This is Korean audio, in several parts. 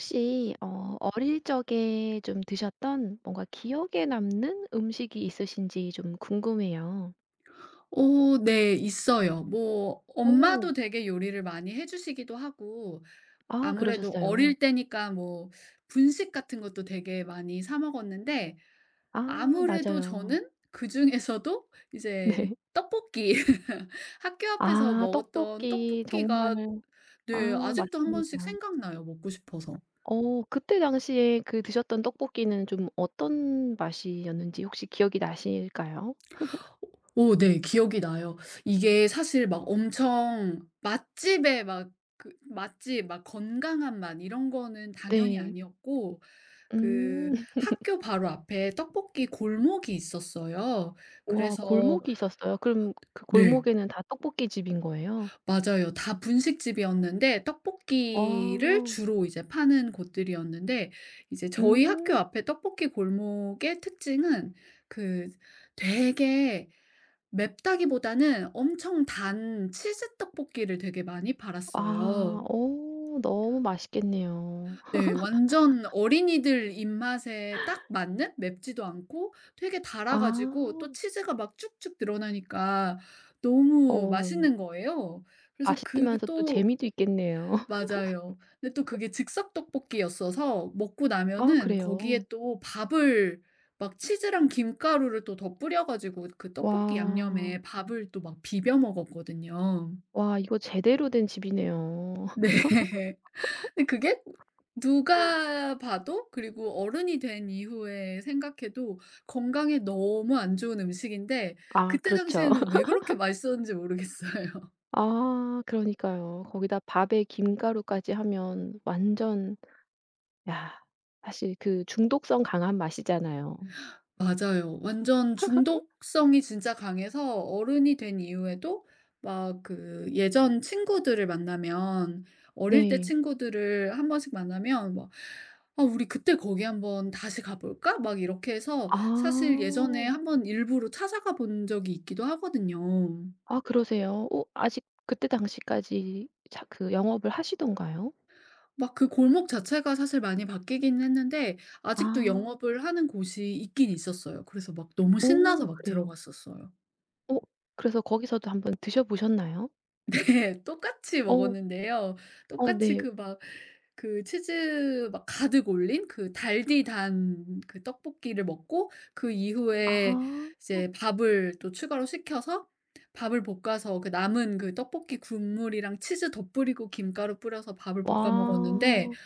혹시 어릴 적에 좀 드셨던 뭔가 기억에 남는 음식이 있으신지 좀 궁금해요. 오, 네. 있어요. 뭐 오. 엄마도 되게 요리를 많이 해 주시기도 하고, 아 아무래도 그러셨어요. 어릴 때니까 뭐 분식 같은 것도 되게 많이 사 먹었는데, 아 네. 아무래도 맞아요. 저는 그중에서도 이제 네. 떡볶이 학교 앞에서 아 먹었던 떡볶이 정말. 떡볶이가, 아 네, 아직도 한 맞습니다. 번씩 생각나요, 먹고 싶어서. 어 그때 당시에 그 드셨던 떡볶이는 좀 어떤 맛이었는지 혹시 기억이 나실까요? 오 네. 기억이 나요. 이게 사실 막 엄청 맛집에 막 그 맛집 막 건강한 맛 이런 거는 당연히 네. 아니었고, 그 음. 학교 바로 앞에 떡볶이 골목이 있었어요. 와 그래서. 골목이 있었어요? 그럼 그 네. 골목에는 다 떡볶이 집인 거예요? 맞아요. 다 분식집이었는데 떡볶이를 와. 주로 이제 파는 곳들이었는데, 이제 저희 학교 음. 앞에 떡볶이 골목의 특징은 그 되게 맵다기보다는 엄청 단 치즈 떡볶이를 되게 많이 아. 팔았어요. 어 너무 맛있겠네요. 네, 완전 어린이들 입맛에 딱 맞는, 맵지도 않고 되게 달아 아. 가지고, 또 치즈가 막 쭉쭉 늘어나니까 너무 어 맛있는 거예요. 그래서 그 맛있으면서 또 또. 재미도 있겠네요. 맞아요. 근데 또 그게 즉석 떡볶이였어서 먹고 아 나면은 그래요? 거기에 또 밥을 막 치즈랑 김가루를 또 더 뿌려 가지고 그 떡볶이 와. 양념에 밥을 또 막 비벼 먹었거든요. 와 이거 제대로 된 집이네요. 네. 근데 그게, 누가 봐도 그리고 어른이 된 이후에 생각해도 건강에 너무 안 좋은 음식인데, 아 그때 그렇죠. 당시에는 왜 그렇게 맛있었는지 모르겠어요. 아 그러니까요. 거기다 밥에 김가루까지 하면 완전. 야, 사실 그 중독성 강한 맛이잖아요. 맞아요. 완전 중독성이 진짜 강해서 어른이 된 이후에도 막 그 예전 친구들을 만나면, 어릴 때 네. 친구들을 한 번씩 만나면 막 "아 우리 그때 거기 한번 다시 가 볼까?" 막 이렇게 해서 아. 사실 예전에 한번 일부러 찾아가 본 적이 있기도 하거든요. 아 그러세요? 어 아직 그때 당시까지 자 그 영업을 하시던가요? 막 그 골목 자체가 사실 많이 바뀌긴 했는데 아직도 아. 영업을 하는 곳이 있긴 있었어요. 그래서 막 너무 신나서 오 막 그래요. 들어갔었어요. 어 그래서 거기서도 한번 드셔 보셨나요? 네. 똑같이 어. 먹었는데요. 어 똑같이 네. 그 막 그 치즈 막 가득 올린 그 달디 단 그 떡볶이를 먹고 그 아. 이후에 이제 밥을 또 추가로 시켜서 밥을 볶아서 그 남은 그 떡볶이 국물이랑 치즈 덧뿌리고 김가루 뿌려서 밥을 볶아 먹었는데, 와.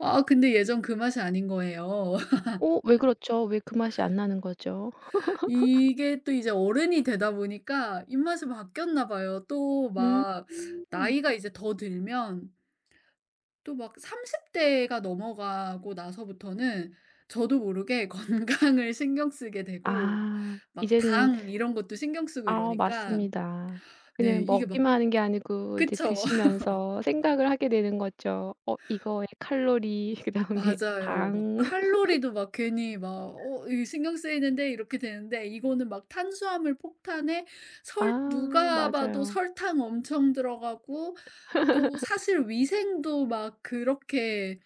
아 근데 예전 그 맛이 아닌 거예요. 어 왜 그렇죠? 왜 그 맛이 안 나는 거죠? 이게 또 이제 어른이 되다 보니까 입맛이 바뀌었나 봐요. 또 음. 막 나이가 이제 더 들면 또 막 30대 대가 넘어가고 나서부터는 저도 모르게 건강을 신경 쓰게 되고 아. 막 이제는. 당 이런 것도 신경 쓰고 아 이러니까, 맞습니다. 네 그냥 이게 막 먹기만 하는 게 아니고 이제 그쵸. 드시면서 생각을 하게 되는 거죠. 어 이거의 칼로리 그다음에 맞아요. 막 당. 칼로리도 막 괜히 막 이 신경 쓰이는데 이렇게 되는데, 이거는 막 탄수화물 폭탄에, 설 아 누가 봐도 맞아요. 설탕 엄청 들어가고, 또 사실 위생도 막 그렇게,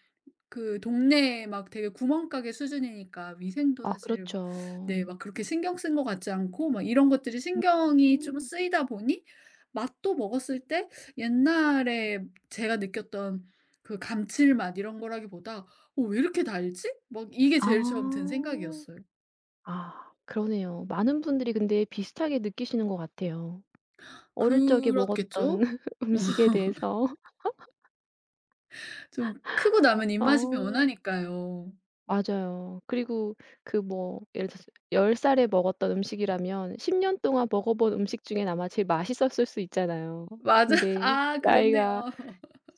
그 동네 막 되게 구멍가게 수준이니까 위생도 아 사실 그렇죠. 네 막 그렇게 신경 쓴 것 같지 않고 막 이런 것들이 신경이 좀 음. 쓰이다 보니, 맛도 먹었을 때 옛날에 제가 느꼈던 그 감칠맛 이런 거라기보다 '어 왜 이렇게 달지?' 막 이게 제일 처음 든 아. 생각이었어요. 아 그러네요. 많은 분들이 근데 비슷하게 느끼시는 것 같아요. 어릴 적에 먹었던 그렇겠죠? 음식에 대해서. 좀 크고 나면 입맛이 어 변하니까요. 맞아요. 그리고 그 뭐 예를 들어서 10살 살에 먹었던 음식이라면 10년 동안 먹어본 음식 중에 아마 제일 맛있었을 수 있잖아요. 맞아. 근데 아 나이가 그렇네요.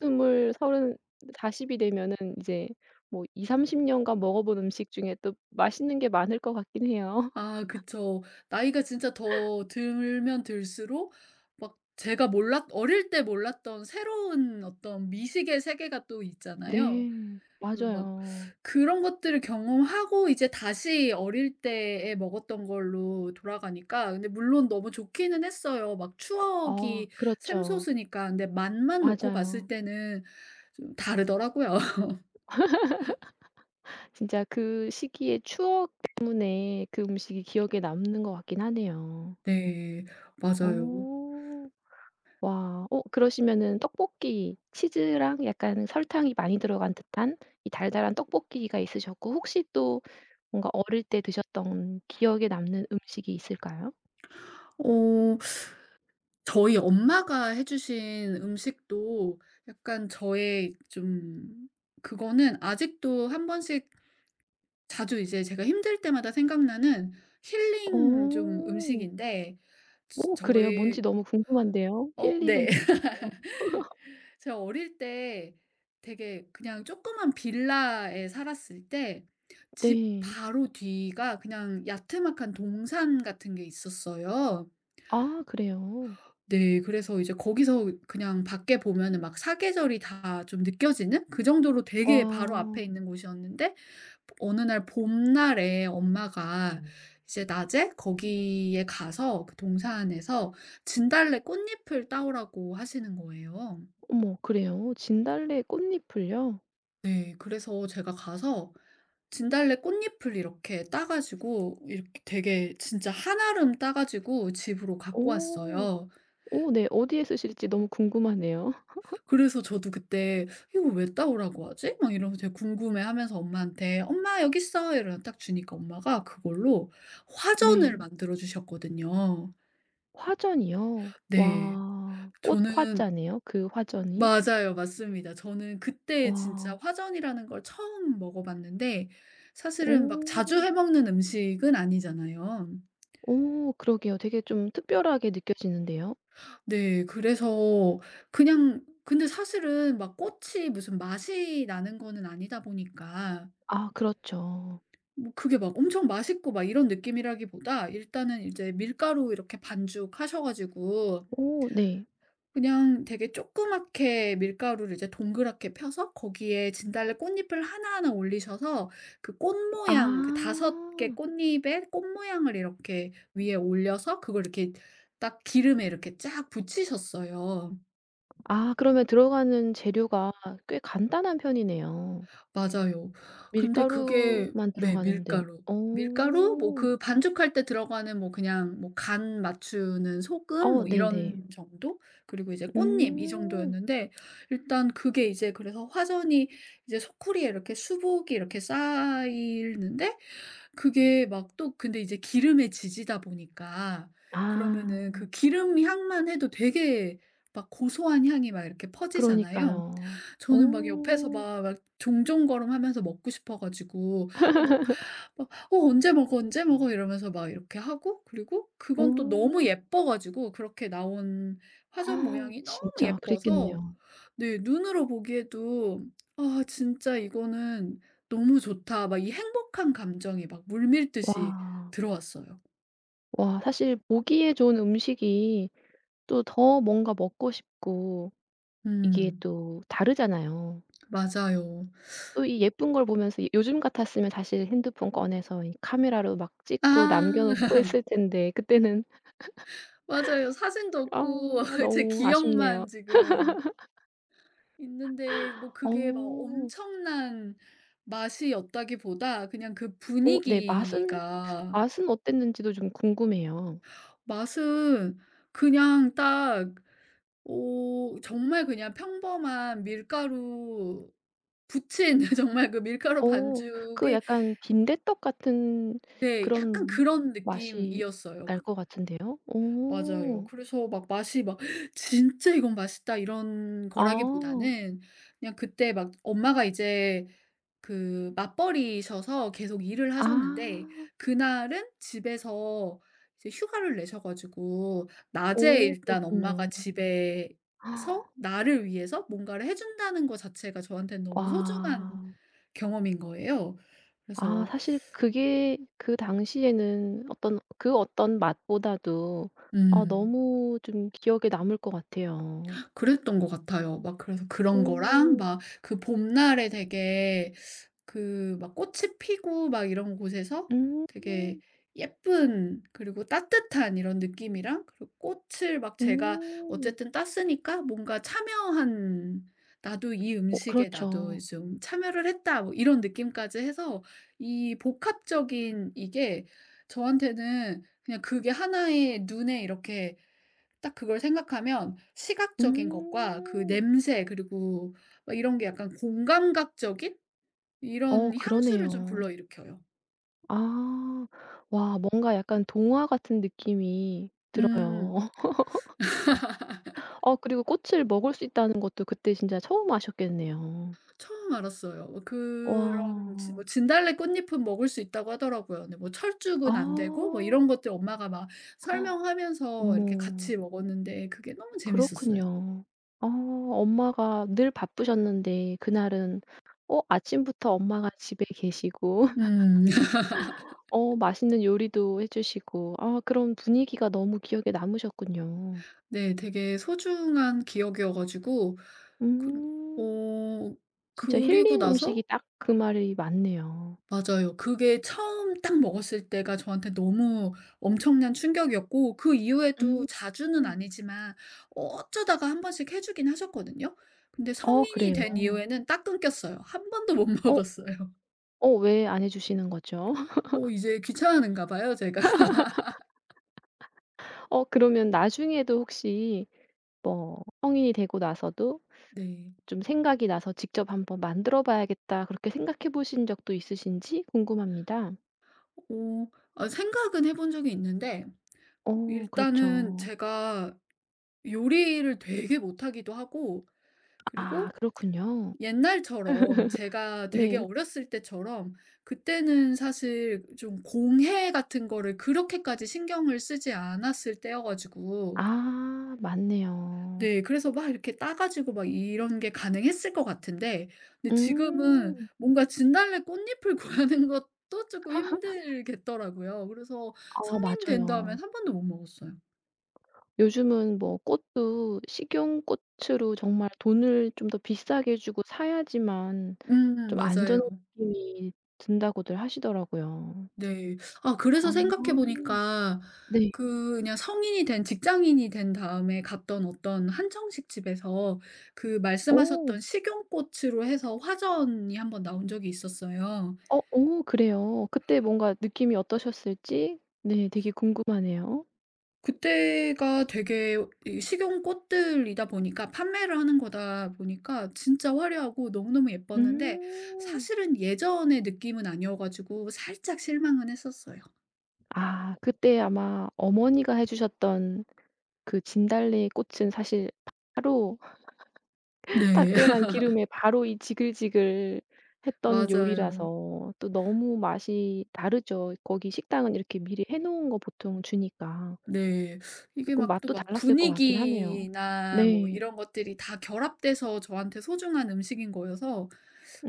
20, 30 40이 되면은 이제 뭐 20-30 년간 먹어본 음식 중에 또 맛있는 게 많을 것 같긴 해요. 아 그쵸. 나이가 진짜 더 들면 들수록 막 제가 몰랐 어릴 때 몰랐던 새로운 어떤 미식의 세계가 또 있잖아요. 네. 그리고 막 맞아요. 그런 것들을 경험하고 이제 다시 어릴 때에 먹었던 걸로 돌아가니까, 근데 물론 너무 좋기는 했어요. 막 아 추억이 그렇죠. 샘솟으니까. 근데 맛만 놓고 봤을 맞아요. 때는 좀 다르더라고요. 진짜 그 시기의 추억 때문에 그 음식이 기억에 남는 것 같긴 하네요. 네. 맞아요. 어. 와. 어 그러시면은 떡볶이 치즈랑 약간 설탕이 많이 들어간 듯한 이 달달한 떡볶이가 있으셨고 혹시 또 뭔가 어릴 때 드셨던 기억에 남는 음식이 있을까요? 어 저희 엄마가 해 주신 음식도 약간 저의 좀, 그거는 아직도 한 번씩 자주 이제 제가 힘들 때마다 생각나는 힐링 좀 오. 음식인데, 지 오 그래요? 뭔지 저희 너무 궁금한데요. 어 힐링 네. 음식이요? 제가 어릴 때 되게 그냥 조그만 빌라에 살았을 때, 집 네. 바로 뒤가 그냥 야트막한 동산 같은 게 있었어요. 아 그래요? 네. 그래서 이제 거기서 그냥 밖에 보면은 막 사계절이 다 좀 느껴지는 그 정도로 되게 바로 앞에 와. 있는 곳이었는데, 어느 날 봄날에 엄마가 이제 낮에 거기에 가서 그 동산에서 진달래 꽃잎을 따오라고 하시는 거예요. 어머 그래요? 진달래 꽃잎을요? 네. 그래서 제가 가서 진달래 꽃잎을 이렇게 따 가지고 이렇게 되게 진짜 한아름 따 가지고 집으로 갖고 오. 왔어요. 오 네. 어디에 쓰실지 너무 궁금하네요. 그래서 저도 그때 '이거 왜 따오라고 하지?' 막 이러면서 되게 궁금해하면서 엄마한테 "엄마 여기 있어." 이러면 딱 주니까 엄마가 그걸로 네. 화전을 만들어 주셨거든요. 화전이요? 네. 와. 꽃 저는 화자네요. 그 화전이. 맞아요. 맞습니다. 저는 그때 진짜 와. 화전이라는 걸 처음 먹어 봤는데, 사실은 막 자주 오. 해 먹는 음식은 아니잖아요. 오 그러게요. 되게 좀 특별하게 느껴지는데요. 네. 그래서 그냥 근데 사실은 막 꽃이 무슨 맛이 나는 거는 아니다 보니까, 아 그렇죠. 뭐 그게 막 엄청 맛있고 막 이런 느낌이라기보다 일단은 이제 밀가루 이렇게 반죽하셔 가지고, 오 네. 그냥 되게 조그맣게 밀가루를 이제 동그랗게 펴서 거기에 진달래 꽃잎을 하나하나 올리셔서 그 꽃 모양 그섯개 아. 꽃잎에 꽃 모양을 이렇게 위에 올려서 그걸 이렇게 딱 기름에 이렇게 쫙 붙이셨어요. 아 그러면 들어가는 재료가 꽤 간단한 편이네요. 맞아요. 근데 그게, 밀가루만 네, 들어가는데. 밀가루. 뭐 오, 그 반죽할 때 들어가는 뭐 그냥 뭐 간 맞추는 소금 어 뭐 네네. 이런 정도? 그리고 이제 꽃잎 이 음. 정도였는데, 일단 그게 이제 그래서 화전이 이제 소쿠리에 이렇게 수북이 이렇게 쌓이는데, 그게 막 또 근데 이제 기름에 지지다 보니까 그러면은 아 그 기름 향만 해도 되게 막 고소한 향이 막 이렇게 퍼지잖아요. 그러니까요. 저는 막 어. 옆에서 막 막 종종걸음하면서 먹고 싶어 가지고, 또 막 "어 언제 먹어, 언제 먹어." 이러면서 막 이렇게 하고, 그리고 그건 또 너무 어. 예뻐 가지고 그렇게 나온 화전 모양이 너무 진짜 예뻐서, 그랬겠네요. 네 눈으로 보기에도 '아 진짜 이거는 너무 좋다.' 막 이 행복한 감정이 막 물밀듯이 와. 들어왔어요. 와 사실 보기에 좋은 음식이 또 더 뭔가 먹고 싶고 이게 음 또 다르잖아요. 맞아요. 또 이 예쁜 걸 보면서 이 요즘 같았으면 다시 핸드폰 꺼내서 이 카메라로 막 아 찍고 남겨 놓고 했을 텐데 그때는. 맞아요. 사진도 아 없고 제 너무 아쉽네요. 기억만 지금 있는데, 뭐 그게 막 어. 엄청난 맛이었다기보다 그냥 그 어 네 맛은. 분위기가. 맛은 어땠는지도 좀 궁금해요. 맛은 그냥 딱, 오 정말 그냥 평범한 밀가루 부친 정말 그 밀가루 어 그 반죽이, 약간 빈대떡 같은 네 약간 그런 그런 맛이 느낌이었어요. 날 그. 것 같은데요. 맞아요. 오. 그래서 막 맛이 막 '진짜 이건 맛있다.' 이런 아. 거라기보다는, 그냥 그때 막 엄마가 이제 그 맞벌이셔서 계속 일을 하셨는데, 아. 그날은 집에서 이제 휴가를 내셔 가지고 낮에 오 일단 엄마가 그렇군요. 집에서 나를 위해서 뭔가를 해 준다는 거 자체가 저한테는 와. 너무 소중한 경험인 거예요. 아 그래서 사실 그게 그 당시에는 어떤 그 어떤 맛보다도 아 음 너무 좀 기억에 남을 것 같아요. 그랬던 것 같아요. 막 그래서 그런 거랑 오. 막 그 봄날에 되게 그 막 꽃이 피고 막 이런 곳에서 음. 되게 예쁜 그리고 따뜻한 이런 느낌이랑, 그리고 꽃을 막 제가 음. 어쨌든 땄으니까 뭔가 참여한 '나도 이 어 음식에 나도 그렇죠. 좀 참여를 했다.' 뭐 이런 느낌까지 해서 이 복합적인 이게 저한테는 그냥 그게 하나의 눈에 이렇게 딱 그걸 생각하면 시각적인 것과 그 음. 냄새 그리고 막 이런 게 약간 공감각적인 어 이런 향수를 좀 그러네요. 불러일으켜요. 아. 와 뭔가 약간 동화 같은 느낌이 음. 들어요. 어 그리고 꽃을 먹을 수 있다는 것도 그때 진짜 처음 아셨겠네요. 처음 알았어요. 뭐 그런 진 와. 뭐 진달래 꽃잎은 먹을 수 있다고 하더라고요. 근데 뭐 아. 철쭉은 안 되고 뭐 이런 것들 엄마가 막 설명하면서 이렇게 어머. 같이 먹었는데, 그게 너무 재밌었어요. 그렇군요. 아 엄마가 늘 바쁘셨는데 그날은 어 아침부터 엄마가 집에 계시고 음. 어 맛있는 요리도 해 주시고 아 그런 분위기가 너무 기억에 남으셨군요. 네. 되게 소중한 기억이어 가지고 그 음. 어 진짜 그리고 힐링 나서. 음식이 딱 그 말이 맞네요. 맞아요. 그게 처음 딱 먹었을 때가 저한테 너무 엄청난 충격이었고, 그 이후에도 음. 자주는 아니지만 어쩌다가 한 번씩 해 주긴 하셨거든요. 근데 어 성인이 그래요? 된 이후에는 딱 끊겼어요. 한 번도 못 어 먹었어요. 어 왜 안 해 주시는 거죠? 이제 귀찮은가 봐요 제가. 어 그러면 나중에도 혹시 뭐 성인이 되고 나서도 네. 좀 생각이 나서 '직접 한번 만들어 봐야겠다.' 그렇게 생각해 보신 적도 있으신지 궁금합니다. 어 생각은 해본 적이 있는데, 어 일단은 그렇죠. 제가 요리를 되게 못하기도 하고, 아 그리고 그렇군요. 옛날처럼 제가 되게 네. 어렸을 때처럼 그때는 사실 좀 공해 같은 거를 그렇게까지 신경을 쓰지 않았을 때여 가지고, 아 맞네요. 네 그래서 막 이렇게 따 가지고 막 이런 게 가능했을 것 같은데, 근데 지금은 음. 뭔가 진달래 꽃잎을 구하는 것도 조금 힘들겠더라고요. 그래서 아 성인 된 다음엔 맞아요. 한 번도 못 먹었어요. 요즘은 뭐 꽃도 식용꽃으로 정말 돈을 좀 더 비싸게 주고 사야지만 좀 안 좋은 맞아요. 느낌이 든다고들 하시더라고요. 네. 아 그래서 생각해 아. 보니까 네. 그 그냥 성인이 된 직장인이 된 다음에 갔던 어떤 한정식 집에서 그 어. 말씀하셨던 식용꽃으로 해서 화전이 한번 나온 적이 있었어요. 어 어 그래요? 그때 뭔가 느낌이 어떠셨을지 네 되게 궁금하네요. 그때가 되게 이 식용꽃들이다 보니까 판매를 하는 거다 보니까 진짜 화려하고 너무너무 예뻤는데, 음. 사실은 예전의 느낌은 아니어 가지고 살짝 실망은 했었어요. 아 그때 아마 어머니가 해 주셨던 그 진달래 꽃은 사실 바로 네. 따끈한 기름에 바로 이 지글지글 했던 맞아요. 요리라서 또 너무 맛이 다르죠. 거기 식당은 이렇게 미리 해 놓은 거 보통 주니까. 네. 이게 조금 막 또 맛도 막 달랐을 것 같긴 하네요. 분위기나 뭐 네. 이런 것들이 다 결합돼서 저한테 소중한 음식인 거여서,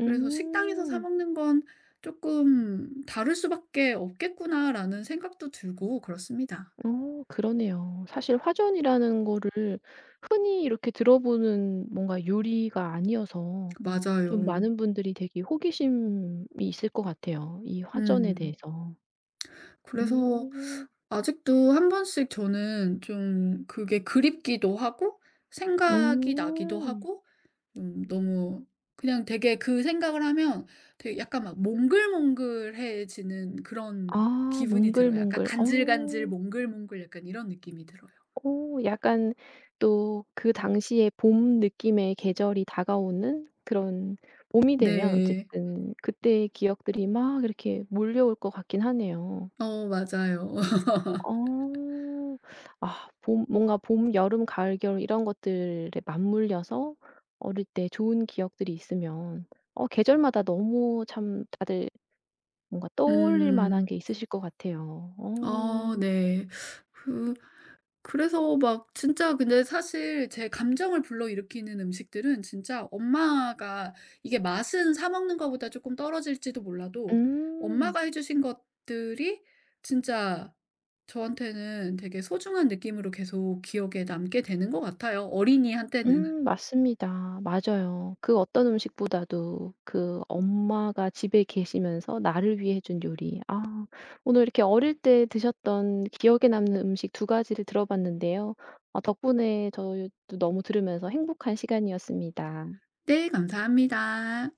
그래서 '식당에서 사 먹는 건 쪼끔 다를 수밖에 없겠구나.'라는 생각도 들고 그렇습니다. 어 그러네요. 사실 화전이라는 거를 흔히 이렇게 들어보는 뭔가 요리가 아니어서 맞아요. 좀 네. 많은 분들이 되게 호기심이 있을 것 같아요, 이 화전에 음. 대해서. 그래서 음. 아직도 한 번씩 저는 좀 그게 그립기도 하고 생각이 나기도 음. 하고 너무 그냥 되게 그 생각을 하면 되게 약간 막 몽글몽글해지는 그런 아 기분이 들어요. 약간 몽글몽글. 간질간질 어. 몽글몽글 약간 이런 느낌이 들어요. 오, 약간 또 그 당시에 봄 느낌의 계절이 다가오는 그런 봄이 되면 네. 어쨌든 그때의 기억들이 막 이렇게 몰려올 것 같긴 하네요. 맞아요. 어. 아 봄, 뭔가 봄, 여름, 가을, 겨울 이런 것들에 맞물려서 어릴 때 좋은 기억들이 있으면 어 계절마다 너무 참 다들 뭔가 떠올릴 만한 음. 게 있으실 것 같아요. 어. 네. 그 그래서 막 진짜 근데 사실 제 감정을 불러일으키는 음식들은 진짜 엄마가, 이게 맛은 사 먹는 거보다 조금 떨어질지도 몰라도 음. 엄마가 해 주신 것들이 진짜 저한테는 되게 소중한 느낌으로 계속 기억에 남게 되는 것 같아요 어린이한테는. 맞습니다. 맞아요. 그 어떤 음식보다도 그 엄마가 집에 계시면서 나를 위해 해준 요리. 아 오늘 이렇게 어릴 때 드셨던 기억에 남는 음식 두 가지를 들어봤는데요. 아 덕분에 저도 너무 들으면서 행복한 시간이었습니다. 네 감사합니다.